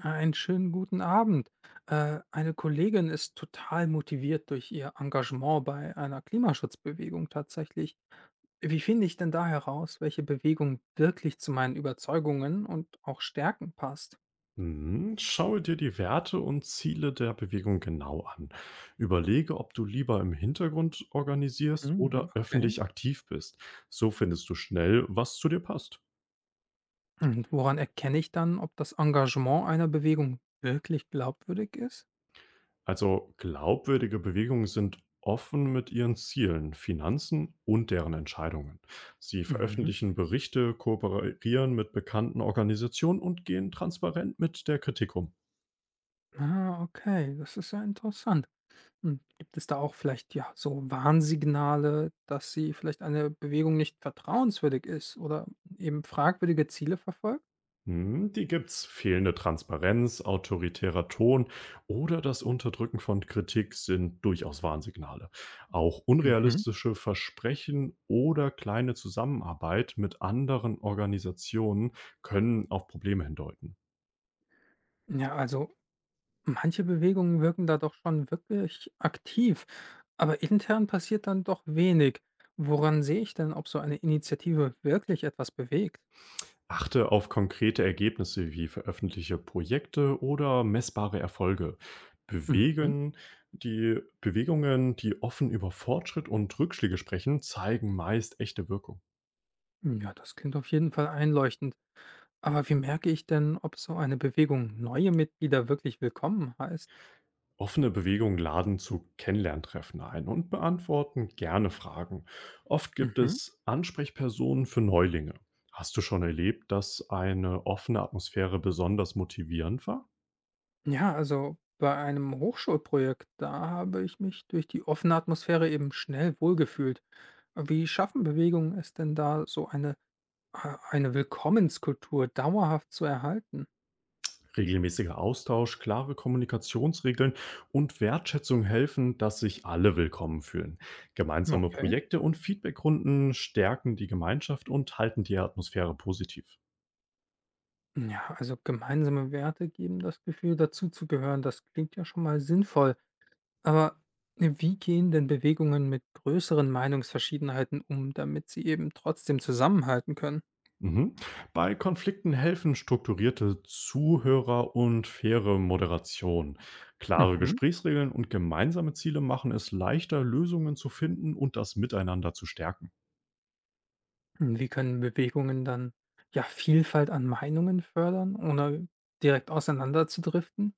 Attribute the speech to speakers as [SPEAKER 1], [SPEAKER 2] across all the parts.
[SPEAKER 1] Einen schönen guten Abend. Eine Kollegin ist total motiviert durch ihr Engagement bei einer Klimaschutzbewegung tatsächlich. Wie finde ich denn da heraus, welche Bewegung wirklich zu meinen Überzeugungen und auch Stärken passt?
[SPEAKER 2] Mhm. Schaue dir die Werte und Ziele der Bewegung genau an. Überlege, ob du lieber im Hintergrund organisierst
[SPEAKER 1] Mhm,
[SPEAKER 2] oder
[SPEAKER 1] okay.
[SPEAKER 2] öffentlich aktiv bist. So findest du schnell, was zu dir passt.
[SPEAKER 1] Und woran erkenne ich dann, ob das Engagement einer Bewegung wirklich glaubwürdig ist?
[SPEAKER 2] Also glaubwürdige Bewegungen sind offen mit ihren Zielen, Finanzen und deren Entscheidungen. Sie
[SPEAKER 1] Mhm.
[SPEAKER 2] veröffentlichen Berichte, kooperieren mit bekannten Organisationen und gehen transparent mit der Kritik um.
[SPEAKER 1] Ah, okay, das ist ja interessant. Hm, gibt es da auch vielleicht, ja, so Warnsignale, dass sie vielleicht eine Bewegung nicht vertrauenswürdig ist oder eben fragwürdige Ziele verfolgt?
[SPEAKER 2] Hm, die gibt's: fehlende Transparenz, autoritärer Ton oder das Unterdrücken von Kritik sind durchaus Warnsignale. Auch
[SPEAKER 1] Mhm.
[SPEAKER 2] unrealistische Versprechen oder kleine Zusammenarbeit mit anderen Organisationen können auf Probleme hindeuten.
[SPEAKER 1] Ja, also manche Bewegungen wirken da doch schon wirklich aktiv, aber intern passiert dann doch wenig. Woran sehe ich denn, ob so eine Initiative wirklich etwas bewegt?
[SPEAKER 2] Achte auf konkrete Ergebnisse wie veröffentlichte Projekte oder messbare Erfolge.
[SPEAKER 1] Mhm.
[SPEAKER 2] Bewegen, die Bewegungen, die offen über Fortschritt und Rückschläge sprechen, zeigen meist echte Wirkung.
[SPEAKER 1] Hm, ja, das klingt auf jeden Fall einleuchtend. Aber wie merke ich denn, ob so eine Bewegung neue Mitglieder wirklich willkommen heißt?
[SPEAKER 2] Offene Bewegungen laden zu Kennenlerntreffen ein und beantworten gerne Fragen. Oft gibt
[SPEAKER 1] Mhm.
[SPEAKER 2] es Ansprechpersonen für Neulinge. Hast du schon erlebt, dass eine offene Atmosphäre besonders motivierend war?
[SPEAKER 1] Ja, also bei einem Hochschulprojekt, da habe ich mich durch die offene Atmosphäre eben schnell wohlgefühlt. Wie schaffen Bewegungen es denn da, so eine, eine Willkommenskultur dauerhaft zu erhalten?
[SPEAKER 2] Regelmäßiger Austausch, klare Kommunikationsregeln und Wertschätzung helfen, dass sich alle willkommen fühlen. Gemeinsame
[SPEAKER 1] Okay.
[SPEAKER 2] Projekte und Feedbackrunden stärken die Gemeinschaft und halten die Atmosphäre positiv.
[SPEAKER 1] Ja, also gemeinsame Werte geben das Gefühl, dazuzugehören. Das klingt ja schon mal sinnvoll. Aber wie gehen denn Bewegungen mit größeren Meinungsverschiedenheiten um, damit sie eben trotzdem zusammenhalten können?
[SPEAKER 2] Mhm. Bei Konflikten helfen strukturierte Zuhörer und faire Moderation. Klare
[SPEAKER 1] Mhm.
[SPEAKER 2] Gesprächsregeln und gemeinsame Ziele machen es leichter, Lösungen zu finden und das Miteinander zu stärken.
[SPEAKER 1] Hm, wie können Bewegungen dann, ja, Vielfalt an Meinungen fördern, ohne direkt auseinanderzudriften?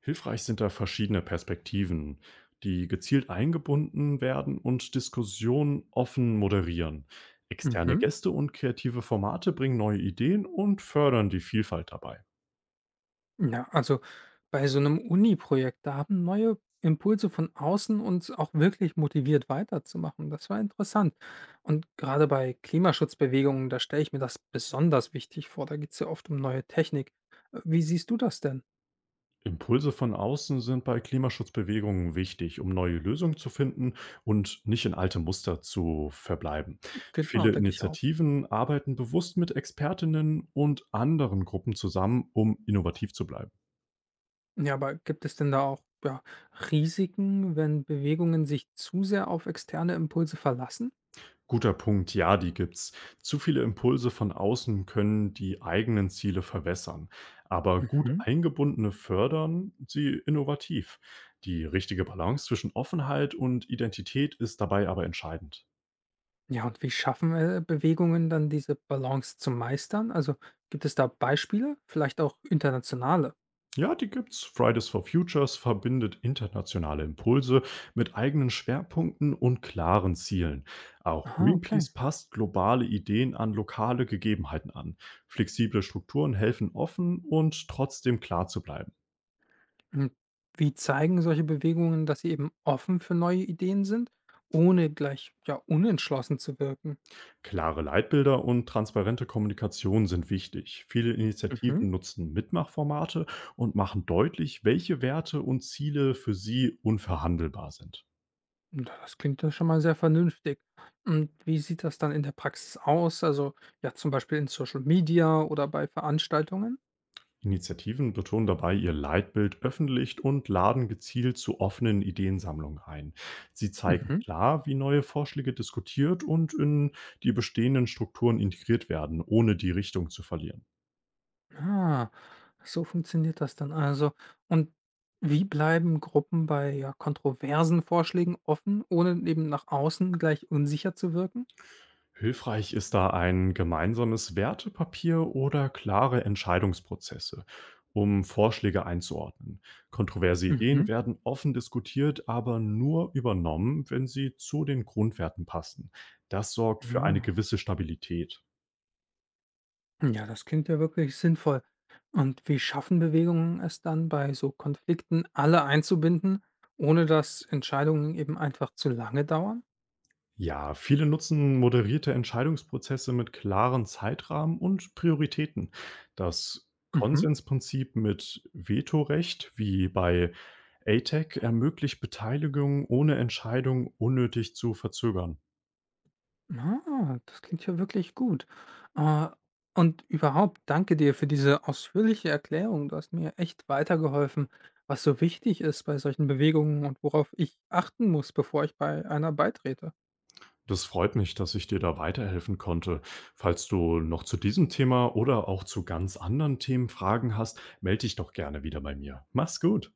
[SPEAKER 2] Hilfreich sind da verschiedene Perspektiven, die gezielt eingebunden werden und Diskussionen offen moderieren. Externe
[SPEAKER 1] Mhm.
[SPEAKER 2] Gäste und kreative Formate bringen neue Ideen und fördern die Vielfalt dabei.
[SPEAKER 1] Ja, also bei so einem Uni-Projekt, da haben neue Impulse von außen uns auch wirklich motiviert weiterzumachen. Das war interessant. Und gerade bei Klimaschutzbewegungen, da stelle ich mir das besonders wichtig vor. Da geht es ja oft um neue Technik. Wie siehst du das denn?
[SPEAKER 2] Impulse von außen sind bei Klimaschutzbewegungen wichtig, um neue Lösungen zu finden und nicht in alte Muster zu verbleiben.
[SPEAKER 1] Genau,
[SPEAKER 2] Viele
[SPEAKER 1] denke ich auch.
[SPEAKER 2] Initiativen arbeiten bewusst mit Expertinnen und anderen Gruppen zusammen, um innovativ zu bleiben.
[SPEAKER 1] Ja, aber gibt es denn da auch, ja, Risiken, wenn Bewegungen sich zu sehr auf externe Impulse verlassen?
[SPEAKER 2] Guter Punkt, ja, die gibt's. Zu viele Impulse von außen können die eigenen Ziele verwässern, aber gut
[SPEAKER 1] Mhm.
[SPEAKER 2] eingebundene fördern sie innovativ. Die richtige Balance zwischen Offenheit und Identität ist dabei aber entscheidend.
[SPEAKER 1] Ja, und wie schaffen Bewegungen dann diese Balance zu meistern? Also gibt es da Beispiele, vielleicht auch internationale?
[SPEAKER 2] Ja, die gibt's. Fridays for Futures verbindet internationale Impulse mit eigenen Schwerpunkten und klaren Zielen. Auch
[SPEAKER 1] Aha, okay.
[SPEAKER 2] Greenpeace passt globale Ideen an lokale Gegebenheiten an. Flexible Strukturen helfen offen und trotzdem klar zu bleiben.
[SPEAKER 1] Und wie zeigen solche Bewegungen, dass sie eben offen für neue Ideen sind, ohne gleich ja unentschlossen zu wirken?
[SPEAKER 2] Klare Leitbilder und transparente Kommunikation sind wichtig. Viele
[SPEAKER 1] Mhm.
[SPEAKER 2] Initiativen nutzen Mitmachformate und machen deutlich, welche Werte und Ziele für sie unverhandelbar sind.
[SPEAKER 1] Hm, das klingt ja schon mal sehr vernünftig. Und wie sieht das dann in der Praxis aus? Also, ja, zum Beispiel in Social Media oder bei Veranstaltungen?
[SPEAKER 2] Initiativen betonen dabei ihr Leitbild öffentlich und laden gezielt zu offenen Ideensammlungen ein. Sie zeigen
[SPEAKER 1] Mhm.
[SPEAKER 2] klar, wie neue Vorschläge diskutiert und in die bestehenden Strukturen integriert werden, ohne die Richtung zu verlieren.
[SPEAKER 1] Ah, so funktioniert das dann also. Und wie bleiben Gruppen bei, ja, kontroversen Vorschlägen offen, ohne eben nach außen gleich unsicher zu wirken?
[SPEAKER 2] Hilfreich ist da ein gemeinsames Wertepapier oder klare Entscheidungsprozesse, um Vorschläge einzuordnen. Kontroverse Ideen werden offen diskutiert, aber nur übernommen, wenn sie zu den Grundwerten passen. Das sorgt für
[SPEAKER 1] Mhm.
[SPEAKER 2] eine gewisse Stabilität.
[SPEAKER 1] Ja, das klingt ja wirklich sinnvoll. Und wie schaffen Bewegungen es dann, bei so Konflikten alle einzubinden, ohne dass Entscheidungen eben einfach zu lange dauern?
[SPEAKER 2] Ja, viele nutzen moderierte Entscheidungsprozesse mit klaren Zeitrahmen und Prioritäten. Das
[SPEAKER 1] Mhm.
[SPEAKER 2] Konsensprinzip mit Vetorecht, wie bei ATEC, ermöglicht Beteiligung ohne Entscheidung unnötig zu verzögern.
[SPEAKER 1] Ah, das klingt ja wirklich gut. Äh, und überhaupt, danke dir für diese ausführliche Erklärung. Du hast mir echt weitergeholfen, was so wichtig ist bei solchen Bewegungen und worauf ich achten muss, bevor ich bei einer beitrete.
[SPEAKER 2] Das freut mich, dass ich dir da weiterhelfen konnte. Falls du noch zu diesem Thema oder auch zu ganz anderen Themen Fragen hast, melde dich doch gerne wieder bei mir. Mach's gut.